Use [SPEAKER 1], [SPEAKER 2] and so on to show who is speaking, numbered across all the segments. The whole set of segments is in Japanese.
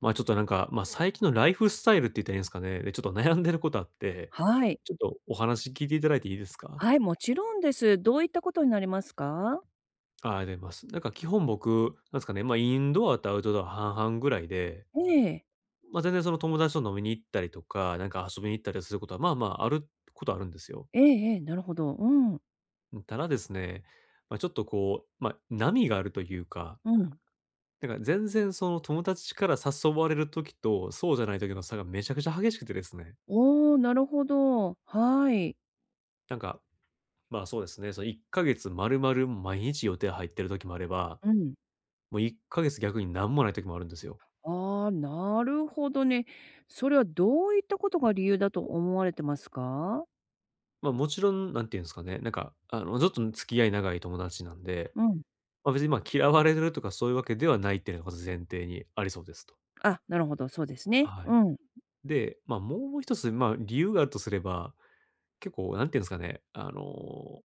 [SPEAKER 1] まあ、ちょっとなんか、ま、最近のライフスタイルって言ったらいいんですかね。ちょっと悩んでることあって、
[SPEAKER 2] はい。
[SPEAKER 1] ちょっとお話聞いていただいていいですか？
[SPEAKER 2] はい、もちろんです。どういったことになりますか？
[SPEAKER 1] あ、ありがとうございます。基本僕、なんですかね、ま、インドアとアウトドア半々ぐらいで、
[SPEAKER 2] ええ。
[SPEAKER 1] 全然その友達と飲みに行ったりとか、なんか遊びに行ったりすることは、まあまあ、あることはあるんですよ。
[SPEAKER 2] ええええ、なるほど。うん。
[SPEAKER 1] ただですね、ま、ちょっとこう、ま、波があるというか、
[SPEAKER 2] うん。
[SPEAKER 1] 全然その友達から誘われるときと、そうじゃないときの差がめちゃくちゃ激しくてですね。
[SPEAKER 2] おお、なるほど。はい。
[SPEAKER 1] なんかそうですね。その1ヶ月丸々毎日予定入ってる時もあれば、
[SPEAKER 2] うん。
[SPEAKER 1] もう1ヶ月逆に何もない時もあるんですよ。
[SPEAKER 2] ああ、なるほどね。それはどういったことが理由だと思われてますか？
[SPEAKER 1] まあ、もちろん、なんていうんですかね、なんか、あの、ちょっと付き合い長い友達なんで、
[SPEAKER 2] うん。
[SPEAKER 1] 別にまあ嫌われてるとかそういうわけではないっていうのがまず前提にありそうですと。
[SPEAKER 2] あ、なるほど、そうですね。
[SPEAKER 1] は
[SPEAKER 2] う
[SPEAKER 1] い。
[SPEAKER 2] ん。
[SPEAKER 1] で、まあ、もう一つ、まあ、理由があるとすれば、結構、なんていうんですかね、あの、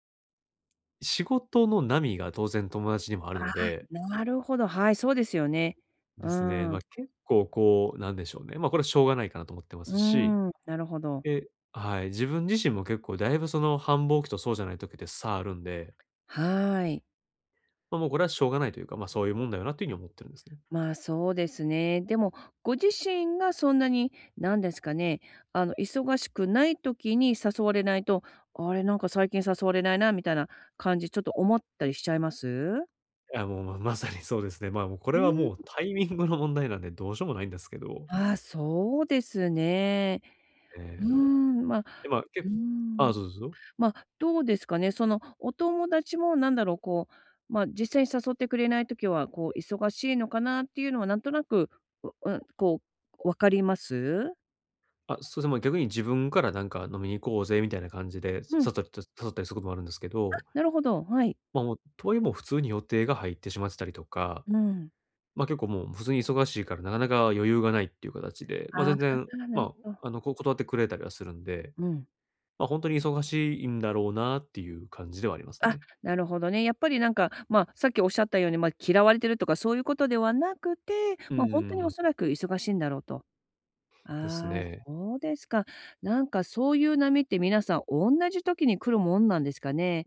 [SPEAKER 1] 仕事の波が当然友達にもある
[SPEAKER 2] あ
[SPEAKER 1] の
[SPEAKER 2] あ、
[SPEAKER 1] で、
[SPEAKER 2] なるほど。はい、そうですよね。う
[SPEAKER 1] ですね、
[SPEAKER 2] ー
[SPEAKER 1] まあ、
[SPEAKER 2] ん。
[SPEAKER 1] 結構こう、なんでしょうね。まあ、これはしょうがないかなと思ってま
[SPEAKER 2] う
[SPEAKER 1] す
[SPEAKER 2] ー
[SPEAKER 1] し、
[SPEAKER 2] ん、なるほど。
[SPEAKER 1] はい。自分自身も結構だいぶその繁忙期とそうじゃない時って差あるんで、
[SPEAKER 2] はい。
[SPEAKER 1] もうこれはしょうがないというか、ま、そういうもんだよなという風に思ってるんですね。
[SPEAKER 2] まあ、そうですね。でも、ご自身がそんなに、何ですかね、忙しくない時に誘われないと、あれ、なんか最近誘われないなみたいな感じ、ちょっと思ったりしちゃいます？
[SPEAKER 1] いや、もう、ままさにそうですね。ま、もうこれ
[SPEAKER 2] う
[SPEAKER 1] は
[SPEAKER 2] ん。
[SPEAKER 1] もうタイミングの問題なんでどうしようもないんですけど、
[SPEAKER 2] ああ、そうですね。う
[SPEAKER 1] え
[SPEAKER 2] ー
[SPEAKER 1] え、
[SPEAKER 2] ん、ま
[SPEAKER 1] で、
[SPEAKER 2] あ、
[SPEAKER 1] ま、
[SPEAKER 2] うー
[SPEAKER 1] けあ
[SPEAKER 2] ん、
[SPEAKER 1] あ、そうそうそう。
[SPEAKER 2] まあ、どうですかね、その、お友達もなんだろう、こう、まあ、実際に誘ってくれない時は、こう、忙しいのかなっていうのはなんとなく、ううん、こう、分かります？
[SPEAKER 1] あ、そうですね、ま、逆に自分からなんか飲みに行こうぜみたいな感じで、
[SPEAKER 2] う
[SPEAKER 1] さ
[SPEAKER 2] ん。
[SPEAKER 1] とりと誘ったりすることもあるんですけど、
[SPEAKER 2] なるほど、はい。
[SPEAKER 1] とはいえもう普通に予定が入ってしまってたりとか、
[SPEAKER 2] うん。
[SPEAKER 1] まあ、結構もう普通に忙しいからなかなか余裕がないっていう形で、まあ、
[SPEAKER 2] あ
[SPEAKER 1] 全然、
[SPEAKER 2] あ、なる
[SPEAKER 1] ま
[SPEAKER 2] ほど。
[SPEAKER 1] あ、あの、こ断ってくれたりはするんで、
[SPEAKER 2] うん。
[SPEAKER 1] 本当に忙しいんだろうなっていう感じではあります
[SPEAKER 2] あ、
[SPEAKER 1] ね。
[SPEAKER 2] なるほどね。やっぱりなんか、まあ、さっきおっしゃったように、まあ、嫌われてるとかそういうことではなくて、
[SPEAKER 1] う
[SPEAKER 2] まあ、ほんと
[SPEAKER 1] ん
[SPEAKER 2] にお
[SPEAKER 1] ん、
[SPEAKER 2] そらく忙しいんだろうと。
[SPEAKER 1] です
[SPEAKER 2] ああ、
[SPEAKER 1] ね。
[SPEAKER 2] そうですか。なんかそういう波って皆さんおんなじ時に来るもんなんですかね？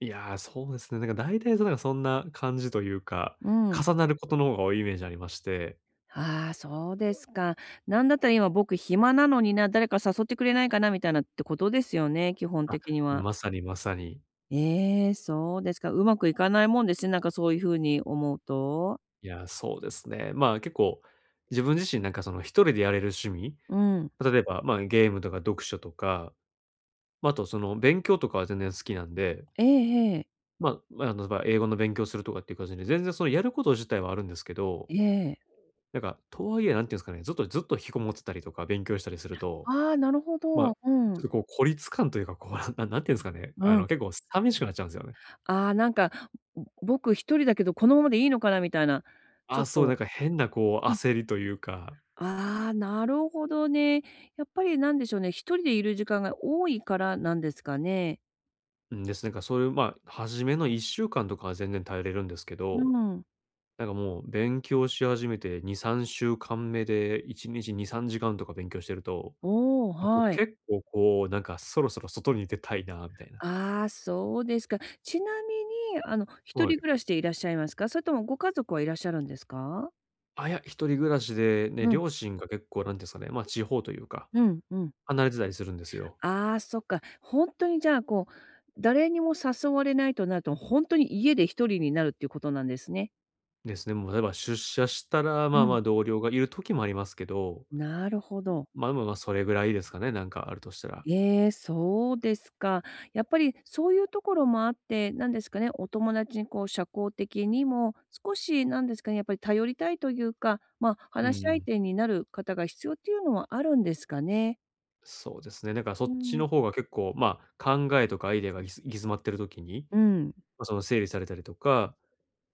[SPEAKER 1] いやー、そうですね。なんか大体そんな感じというか、
[SPEAKER 2] うん。
[SPEAKER 1] 重なることの方が多いイメージありまして。
[SPEAKER 2] ああ、そうですか。なんだったら今僕暇なのにな、誰か誘ってくれないかなみたいなってことですよね、基本
[SPEAKER 1] あ、
[SPEAKER 2] 的には。
[SPEAKER 1] まさにまさに。
[SPEAKER 2] ええ、そうですか。うまくいかないもんですね、なんかそういう風に思うと。
[SPEAKER 1] いやー、そうですね。結構自分自身なんかその一人でやれる趣味、
[SPEAKER 2] うん。
[SPEAKER 1] 例えば、ま、ゲームとか読書とか、ま、ああとその勉強とかは全然好きなんで、
[SPEAKER 2] ええええ。
[SPEAKER 1] 英語の勉強するとかっていう感じで、全然そのやること自体はあるんですけど、
[SPEAKER 2] ええ。
[SPEAKER 1] なんか、とはいえ、なんていうんですかね、ずっと引きこもってたりとか勉強したりすると、
[SPEAKER 2] ああ、なるほ
[SPEAKER 1] まあ、
[SPEAKER 2] ど。う
[SPEAKER 1] ちょっ
[SPEAKER 2] ん。
[SPEAKER 1] とこう孤立感というか、こう、ななんていうんですかね、あ
[SPEAKER 2] うん。
[SPEAKER 1] の、結構寂しくなっちゃうんですよね。
[SPEAKER 2] ああ、なんか、僕一人だけど、このままでいいのかなみたいな、ちょっ
[SPEAKER 1] あ、そう、な
[SPEAKER 2] と
[SPEAKER 1] んか変なこう
[SPEAKER 2] うん。
[SPEAKER 1] 焦りというか、
[SPEAKER 2] ああ、なるほどね。やっぱりなんでしょうね、一人でいる時間が多いからなんですかね。
[SPEAKER 1] うんです。なんかそういう、まあ、初めの1週間とかは全然耐えれるんですけ
[SPEAKER 2] う
[SPEAKER 1] ど、
[SPEAKER 2] ん。
[SPEAKER 1] なんかもう勉強し始めて2、3週間目で1日2、3時間とか勉強してると、
[SPEAKER 2] おお、
[SPEAKER 1] あ、こう
[SPEAKER 2] はい。
[SPEAKER 1] 結構こう、なんかそろそろ外に出たいなみたいな。
[SPEAKER 2] ああ、そうですか。ちなみに、一
[SPEAKER 1] は
[SPEAKER 2] 人
[SPEAKER 1] い。
[SPEAKER 2] 暮らしでいらっしゃいますか？それともご家族はいらっしゃるんですか？
[SPEAKER 1] 一人暮らしで、ね、
[SPEAKER 2] うん、
[SPEAKER 1] 両親が結構なんていうんですかね、ま、地方というか、
[SPEAKER 2] うん、うん。
[SPEAKER 1] 離れてたりするんですよ。
[SPEAKER 2] ああ、そっか。ほんとにじゃあ、こう、誰にも誘われないとなると、ほんとに家で一人になるっていうことなんですね。
[SPEAKER 1] ですね、もう例えば出社したら、ま
[SPEAKER 2] う
[SPEAKER 1] あま
[SPEAKER 2] ん。
[SPEAKER 1] あ同僚がいる時もありますけど、
[SPEAKER 2] なるほど。
[SPEAKER 1] ま、でも、ま、それぐらいですかね、なんかあるとしたら。
[SPEAKER 2] ええ、そうですか。やっぱりそういうところもあって、なんですかね、お友達にこう社交的にも、少しなんですかね、やっぱり頼りたいというか、ま、
[SPEAKER 1] う
[SPEAKER 2] 話し相
[SPEAKER 1] ん。
[SPEAKER 2] 手になる方が必要っていうのはあるんですかね？
[SPEAKER 1] そうですね、だからそ
[SPEAKER 2] う
[SPEAKER 1] っち
[SPEAKER 2] ん。
[SPEAKER 1] の方が結構、まあ、考えとかアイデアが行き詰まってる時に、
[SPEAKER 2] うん。
[SPEAKER 1] その整理されたりとか、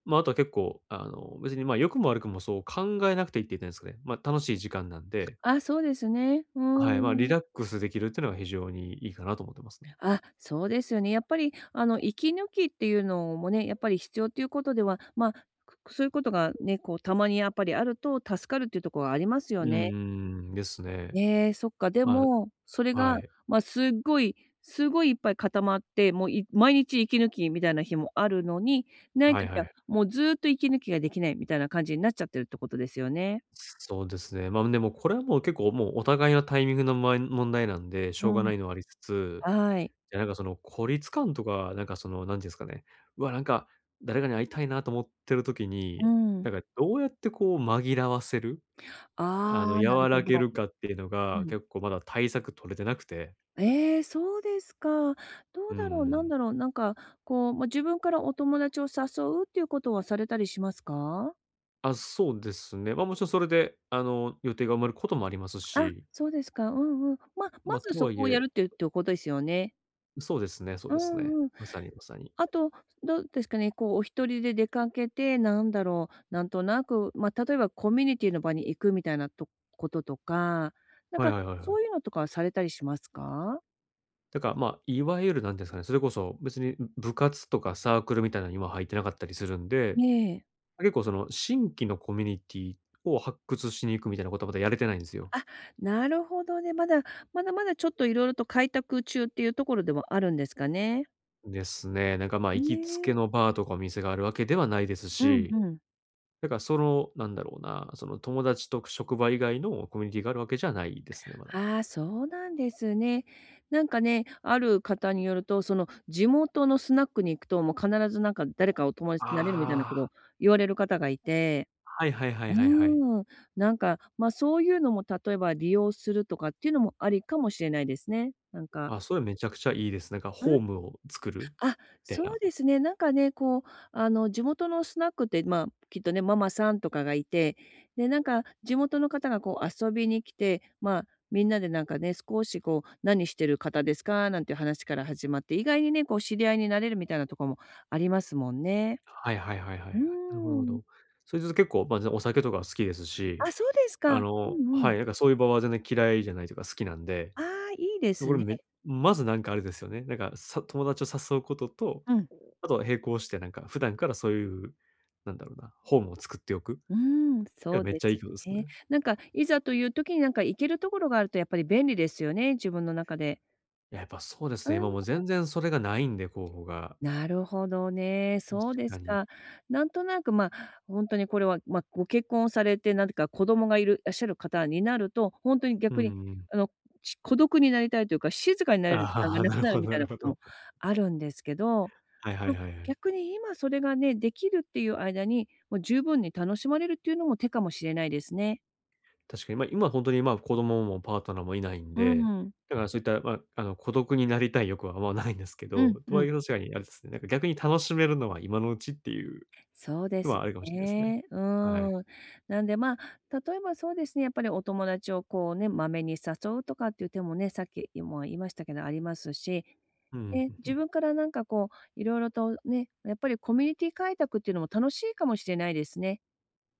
[SPEAKER 1] ま、ああとは結構、あの、別に、ま、良くも悪くもそう考えなくていいって言ったんですかね。ま、楽しい時間なんで、
[SPEAKER 2] あ、そうですね。う
[SPEAKER 1] はい、ま、
[SPEAKER 2] ー
[SPEAKER 1] リ
[SPEAKER 2] ん。
[SPEAKER 1] ラックスできるっていうのが非常にいいかなと思ってますね。
[SPEAKER 2] あ、そうですよね。やっぱり、息抜きっていうのもね、やっぱり必要ということでは、まあ、そういうことがね、こう、たまにやっぱりあると助かるっていうところがあります
[SPEAKER 1] う
[SPEAKER 2] よ
[SPEAKER 1] ー
[SPEAKER 2] ね。
[SPEAKER 1] ん、ですね。
[SPEAKER 2] ええ、そっか。で
[SPEAKER 1] ま
[SPEAKER 2] も、それ
[SPEAKER 1] あ、
[SPEAKER 2] が、
[SPEAKER 1] はい。
[SPEAKER 2] まあ、すっごいすごいいっぱい固まって、もう、毎日息抜きみたいな日もあるのに、ない
[SPEAKER 1] はい
[SPEAKER 2] 時
[SPEAKER 1] は
[SPEAKER 2] は
[SPEAKER 1] い。
[SPEAKER 2] もうずっと息抜きができないみたいな感じになっちゃってるってことですよね。
[SPEAKER 1] そうですね。でもこれはもう結構もうお互いのタイミングの問題なんで、し
[SPEAKER 2] う
[SPEAKER 1] ょうが
[SPEAKER 2] ん。
[SPEAKER 1] ないのはありつつ、
[SPEAKER 2] はい。
[SPEAKER 1] 孤立感とか、なんかその、なんていうんですかね、うわ、なんか誰かに会いたいなと思ってる時
[SPEAKER 2] う
[SPEAKER 1] に、な
[SPEAKER 2] ん。
[SPEAKER 1] んかどうやってこう紛らわせる、あ
[SPEAKER 2] あ
[SPEAKER 1] の、
[SPEAKER 2] あ、なる
[SPEAKER 1] 和
[SPEAKER 2] ほ
[SPEAKER 1] らげ
[SPEAKER 2] ど。
[SPEAKER 1] るかっていうの
[SPEAKER 2] う
[SPEAKER 1] が、
[SPEAKER 2] ん。
[SPEAKER 1] 結構まだ対策取れてなくて。
[SPEAKER 2] ええ、そうですか。ど
[SPEAKER 1] う
[SPEAKER 2] うだろう、なん
[SPEAKER 1] ん。
[SPEAKER 2] だろう、なんか、こう、まあ、自分からお友達を誘うっていうことはされたりしますか？
[SPEAKER 1] あ、そうですね。もちろんそれで、あの、予定が埋まることもあります
[SPEAKER 2] あ、
[SPEAKER 1] し、
[SPEAKER 2] そうですか。うんうん。まあ、ま
[SPEAKER 1] ま、
[SPEAKER 2] ず
[SPEAKER 1] と
[SPEAKER 2] そ
[SPEAKER 1] はい
[SPEAKER 2] こをや
[SPEAKER 1] え
[SPEAKER 2] るっていうってことですよね。
[SPEAKER 1] そうですねそう
[SPEAKER 2] う
[SPEAKER 1] ですね。
[SPEAKER 2] んうん。
[SPEAKER 1] まさにまさに。
[SPEAKER 2] あと、どうですかね、こう、お一人で出かけて、なんだろう、なんとなく、まあ、例えばコミュニティの場に行くみたいなとこととか、なん
[SPEAKER 1] はい
[SPEAKER 2] か、
[SPEAKER 1] はいはいはい。
[SPEAKER 2] そういうのとかはされたりしますか？
[SPEAKER 1] だから、まあ、いわゆるなんていうんですかね、それこそ別に部活とかサークルみたいなのには入ってなかったりするんで、
[SPEAKER 2] ええ。
[SPEAKER 1] 結構その新規のコミュニティを発掘しに行くみたいなことはまだやれてないんですよ。
[SPEAKER 2] なるほどね。まだ、まだまだちょっといろいろと開拓中っていうところでもあるんですかね？
[SPEAKER 1] ですね。行きつ
[SPEAKER 2] ね
[SPEAKER 1] け
[SPEAKER 2] え。
[SPEAKER 1] のバーとかお店があるわけではないです
[SPEAKER 2] うん
[SPEAKER 1] し、
[SPEAKER 2] うん。
[SPEAKER 1] だからその、なんだろうな、その友達と職場以外のコミュニティがあるわけじゃないですね、まだ。
[SPEAKER 2] ああ、そうなんですね。なんかね、ある方によると、その地元のスナックに行くと、もう必ずなんか誰かお友達になれるみたいな
[SPEAKER 1] あ
[SPEAKER 2] こと
[SPEAKER 1] あ、
[SPEAKER 2] を言われる方がいて。
[SPEAKER 1] はいはいはいはいはい。
[SPEAKER 2] うん、なんか、ま、あそういうのも例えば利用するとかっていうのもありかもしれないですね。なんか。
[SPEAKER 1] あ、それめちゃくちゃいいです。なんかホームを作るみ
[SPEAKER 2] あ、
[SPEAKER 1] たい
[SPEAKER 2] そう
[SPEAKER 1] な。
[SPEAKER 2] ですね。なんかね、こう、地元のスナックって、まあ、きっとね、ママさんとかがいて、で、なんか地元の方がこう遊びに来て、まあ、みんなでなんかね、少しこう、何してる方ですかなんていう話から始まって、意外にね、こう、知り合いになれるみたいなとこもありますもんね。
[SPEAKER 1] はいはいはいはいはい。
[SPEAKER 2] うー
[SPEAKER 1] なるほどなるほ
[SPEAKER 2] ん。
[SPEAKER 1] ど。それで結構、まあ、お酒とか好きですし、
[SPEAKER 2] あ、そうですか。
[SPEAKER 1] あ
[SPEAKER 2] う
[SPEAKER 1] の
[SPEAKER 2] んう
[SPEAKER 1] は
[SPEAKER 2] ん。
[SPEAKER 1] い、なんかそういう場は全然嫌いじゃないというか好きなんで、
[SPEAKER 2] ああ、いいで
[SPEAKER 1] こ
[SPEAKER 2] す
[SPEAKER 1] れ
[SPEAKER 2] ね。
[SPEAKER 1] めまずなんかあれですよね、なんか、友達を誘うことと、
[SPEAKER 2] うん。
[SPEAKER 1] あと並行してなんか普段からそういう、なんだろうな、ホームを作っておく。
[SPEAKER 2] う
[SPEAKER 1] い
[SPEAKER 2] ーん、そ
[SPEAKER 1] や、
[SPEAKER 2] う
[SPEAKER 1] めっ
[SPEAKER 2] で
[SPEAKER 1] ちゃい
[SPEAKER 2] す
[SPEAKER 1] いことです
[SPEAKER 2] ね。
[SPEAKER 1] ね。
[SPEAKER 2] なんか、いざという時になんか行けるところがあるとやっぱり便利ですよね、自分の中で。
[SPEAKER 1] いや、やっぱそうですね、今もう全然それがないんで、候補が。
[SPEAKER 2] なるほどね。
[SPEAKER 1] 確
[SPEAKER 2] そうで
[SPEAKER 1] か
[SPEAKER 2] す
[SPEAKER 1] に。
[SPEAKER 2] か。なんとなく、ま、あ本当にこれは、まあ、ご結婚されて、なんていうか子供がいらっしゃる方になると、本当に
[SPEAKER 1] う
[SPEAKER 2] 逆
[SPEAKER 1] ん
[SPEAKER 2] に、
[SPEAKER 1] うん。
[SPEAKER 2] あの、孤独になりたいというか、静かになれる時間
[SPEAKER 1] あ
[SPEAKER 2] が
[SPEAKER 1] あ、
[SPEAKER 2] な
[SPEAKER 1] なる
[SPEAKER 2] くなる
[SPEAKER 1] ほ
[SPEAKER 2] み
[SPEAKER 1] どな
[SPEAKER 2] たい
[SPEAKER 1] る
[SPEAKER 2] な
[SPEAKER 1] ほ
[SPEAKER 2] こと
[SPEAKER 1] ど。
[SPEAKER 2] もあるんですけど、
[SPEAKER 1] はいはい
[SPEAKER 2] まあ、
[SPEAKER 1] はいはい。
[SPEAKER 2] 逆に今それがね、できるっていう間に、もう十分に楽しまれるっていうのも手かもしれないですね。
[SPEAKER 1] 確かに、まあ、今本当に、ま、子供もパートナーもいないん
[SPEAKER 2] う
[SPEAKER 1] で、
[SPEAKER 2] ん。
[SPEAKER 1] だからそういった、まあ、あの、孤独になりたい欲はあんまないんですけ
[SPEAKER 2] うん
[SPEAKER 1] ど、と
[SPEAKER 2] う
[SPEAKER 1] は
[SPEAKER 2] ん。
[SPEAKER 1] いえ確かにあれですね、なんか逆に楽しめるのは今のうちっていう
[SPEAKER 2] そうで
[SPEAKER 1] の
[SPEAKER 2] す
[SPEAKER 1] はあるかもしれないですね。
[SPEAKER 2] ね。う
[SPEAKER 1] はい。
[SPEAKER 2] ん。なんで、まあ、例えばそうですね、やっぱりお友達をこうね、まめに誘うとかっていう手もね、さっきも言いましたけど、ありますし、
[SPEAKER 1] うん、う
[SPEAKER 2] で、
[SPEAKER 1] んう
[SPEAKER 2] 自
[SPEAKER 1] ん。
[SPEAKER 2] 分からなんかこう、いろいろとね、やっぱりコミュニティ開拓っていうのも楽しいかもしれないですね。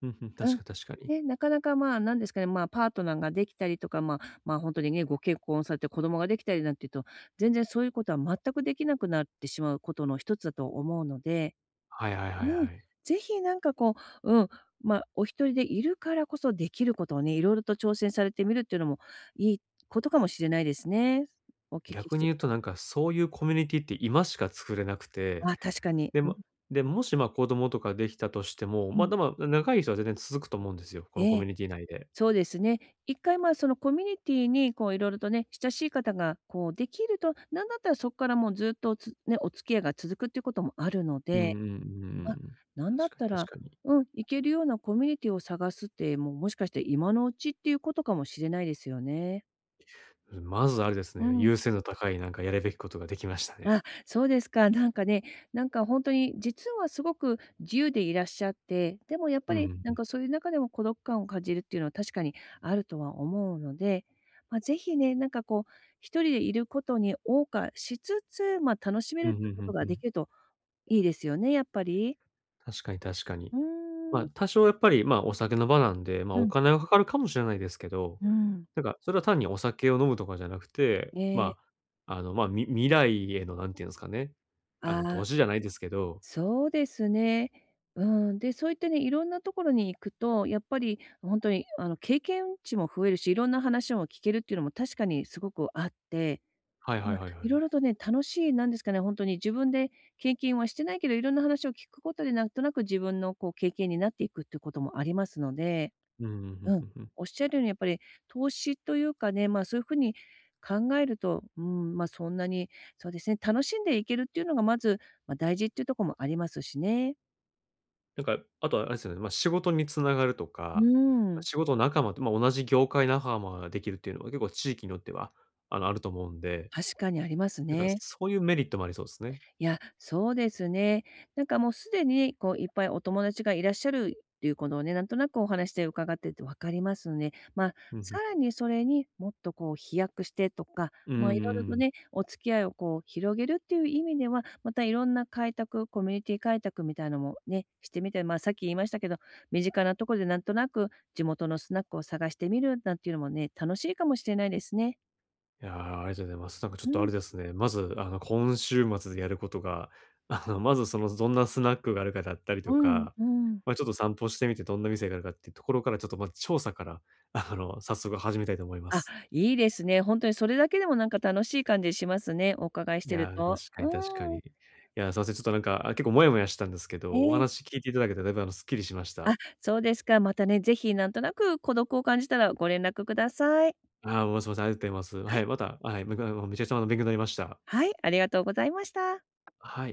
[SPEAKER 1] うんうん、
[SPEAKER 2] う
[SPEAKER 1] 確
[SPEAKER 2] ん。
[SPEAKER 1] か確かに。
[SPEAKER 2] ね、なかなかまあ、なんですかね、まあ、パートナーができたりとか、まあ、まあ、本当にね、ご結婚されて子供ができたりなんていうと、全然そういうことは全くできなくなってしまうことの一つだと思うので、
[SPEAKER 1] はいはいはい
[SPEAKER 2] うん、
[SPEAKER 1] はい。
[SPEAKER 2] ぜひなんかこう、うん、まあ、お一人でいるからこそできることをね、いろいろと挑戦されてみるっていうのもいいことかもしれないですね。お聞きし
[SPEAKER 1] 逆に
[SPEAKER 2] てる
[SPEAKER 1] 言うと
[SPEAKER 2] と。
[SPEAKER 1] なんかそういうコミュニティって今しか作れなくて、
[SPEAKER 2] あ、確かに。
[SPEAKER 1] で、
[SPEAKER 2] うん
[SPEAKER 1] もで、もし、ま、子供とかできたとしても、
[SPEAKER 2] う
[SPEAKER 1] ま、
[SPEAKER 2] ん。
[SPEAKER 1] でも長い人は全然続くと思うんですよ、このコ
[SPEAKER 2] え
[SPEAKER 1] ミ
[SPEAKER 2] え、
[SPEAKER 1] ュニティ内で。
[SPEAKER 2] そうですね。一回、まあ、そのコミュニティにこういろいろとね、親しい方がこうできると、なんだったらそこからもうずっとつね、お付き合いが続くっていうこともあるの
[SPEAKER 1] うんうん
[SPEAKER 2] で、
[SPEAKER 1] うんう
[SPEAKER 2] あ、
[SPEAKER 1] ん。
[SPEAKER 2] なんだ
[SPEAKER 1] 確
[SPEAKER 2] っ
[SPEAKER 1] かに
[SPEAKER 2] た
[SPEAKER 1] 確
[SPEAKER 2] ら、
[SPEAKER 1] かに。
[SPEAKER 2] うん、行けるようなコミュニティを探すって、もうもしかして今のうちっていうことかもしれないですよね。
[SPEAKER 1] まずあれです
[SPEAKER 2] う
[SPEAKER 1] ね、
[SPEAKER 2] ん。
[SPEAKER 1] 優先度高いなんかやるべきことができましたね。
[SPEAKER 2] あ、そうですか。なんかね、なんか本当に実はすごく自由でいらっしゃって、でもやっ
[SPEAKER 1] う
[SPEAKER 2] ぱ
[SPEAKER 1] ん、う
[SPEAKER 2] り
[SPEAKER 1] んう
[SPEAKER 2] なん
[SPEAKER 1] ん。
[SPEAKER 2] かそういう中でも孤独感を感じるっていうのは確かにあるとは思うので、まあ、ぜひね、なんかこう一人でいることに謳歌しつつ、まあ、楽しめ
[SPEAKER 1] うん
[SPEAKER 2] るっ
[SPEAKER 1] うん
[SPEAKER 2] て
[SPEAKER 1] う
[SPEAKER 2] いう
[SPEAKER 1] んう
[SPEAKER 2] こ
[SPEAKER 1] ん
[SPEAKER 2] と
[SPEAKER 1] う
[SPEAKER 2] が
[SPEAKER 1] んう
[SPEAKER 2] で
[SPEAKER 1] ん、
[SPEAKER 2] きるといいですよね、やっぱり。
[SPEAKER 1] 確かに確かに。
[SPEAKER 2] う
[SPEAKER 1] ま
[SPEAKER 2] ー
[SPEAKER 1] あ、
[SPEAKER 2] ん。
[SPEAKER 1] 多少やっぱり、まあ、お酒の場なんで、まあ、
[SPEAKER 2] う
[SPEAKER 1] お
[SPEAKER 2] ん。
[SPEAKER 1] 金がかかるかもしれないですけど、
[SPEAKER 2] うん。
[SPEAKER 1] なんかそれは単にお酒を飲むとかじゃなくて、
[SPEAKER 2] え
[SPEAKER 1] ま
[SPEAKER 2] え。
[SPEAKER 1] あ、あの、まあ、み未来への何て言うんですかね、あの、
[SPEAKER 2] あ
[SPEAKER 1] 投
[SPEAKER 2] あ。
[SPEAKER 1] 資じゃないですけど、
[SPEAKER 2] そうですね。うん、で、そういったね、いろんなところに行くと、やっぱり本当に経験値も増えるし、いろんな話も聞けるっていうのも確かにすごくあって、
[SPEAKER 1] はいはい
[SPEAKER 2] まあ、
[SPEAKER 1] はいは
[SPEAKER 2] いろ
[SPEAKER 1] い。
[SPEAKER 2] いろとね、楽しいなんですかね、本当に自分で経験はしてないけど、いろんな話を聞くことでなんとなく自分のこう経験になっていくっていうこともありますので、
[SPEAKER 1] うんうんうん
[SPEAKER 2] う
[SPEAKER 1] う
[SPEAKER 2] ん、
[SPEAKER 1] んうん。
[SPEAKER 2] おっしゃるようにやっぱり投資というかね、まあ、そういう風に考えると、うん、まあ、そんなに、そうですね、楽しんでいけるっていうのがまず、まあ、大事っていうところもありますしね。
[SPEAKER 1] なんか、あとはあれですよね、まあ、仕事に繋がると
[SPEAKER 2] う
[SPEAKER 1] か、ま、
[SPEAKER 2] ん、
[SPEAKER 1] 仕事仲間と、まあ、同じ業界仲間ができるっていうのは結構地域によっては、あの、あると思うんで、
[SPEAKER 2] 確かにあります
[SPEAKER 1] だから
[SPEAKER 2] ね。
[SPEAKER 1] そういうメリットもありそうですね。
[SPEAKER 2] いや、そうですね。なんかもうすでに、こういっぱいお友達がいらっしゃるっていうことをね、なんとなくお話で伺ってて分かりますので、まあ、
[SPEAKER 1] うん
[SPEAKER 2] さ
[SPEAKER 1] うん。
[SPEAKER 2] らにそれにもっとこう飛躍してとか、
[SPEAKER 1] うー
[SPEAKER 2] まあ、いろいろと
[SPEAKER 1] ん。
[SPEAKER 2] ね、お付き合いをこう広げるっていう意味では、またいろんな開拓、コミュニティ開拓みたいのもね、してみて、まあ、さっき言いましたけど、身近なところでなんとなく地元のスナックを探してみるなんていうのもね、楽しいかもしれないですね。
[SPEAKER 1] いやー、ありがとうございます。なんかちょっ
[SPEAKER 2] う
[SPEAKER 1] とあ
[SPEAKER 2] ん。
[SPEAKER 1] れですね、まず、あの、今週末でやることが、あの、まずその、どんなスナックがあるかだったりと
[SPEAKER 2] うん、
[SPEAKER 1] か、
[SPEAKER 2] うん。
[SPEAKER 1] まあ、ちょっと散歩してみてどんな店があるかっていうところから、ちょっとまず調査から、あの、早速始めたいと思いま
[SPEAKER 2] あ、
[SPEAKER 1] す。
[SPEAKER 2] いいですね。本当にそれだけでもなんか楽しい感じしますね、お伺いし
[SPEAKER 1] い
[SPEAKER 2] てる
[SPEAKER 1] やー、
[SPEAKER 2] と。
[SPEAKER 1] 確か
[SPEAKER 2] う
[SPEAKER 1] に確かに。
[SPEAKER 2] ん。
[SPEAKER 1] いやー、すいません、ちょっとなんか、あ、結構モヤモヤしてたんですけ
[SPEAKER 2] え
[SPEAKER 1] ど、お
[SPEAKER 2] え。
[SPEAKER 1] 話聞いていただけてだいぶあの、すっきりしまし
[SPEAKER 2] あ、
[SPEAKER 1] た。
[SPEAKER 2] そうですか。またね、ぜひなんとなく孤独を感じたらご連絡ください。
[SPEAKER 1] ああ、もうすいません、ありがとうございます。
[SPEAKER 2] は
[SPEAKER 1] は
[SPEAKER 2] い。
[SPEAKER 1] い、また、はい、めちゃくちゃあの、勉強になりました。
[SPEAKER 2] はい、ありがとうございました。
[SPEAKER 1] はい。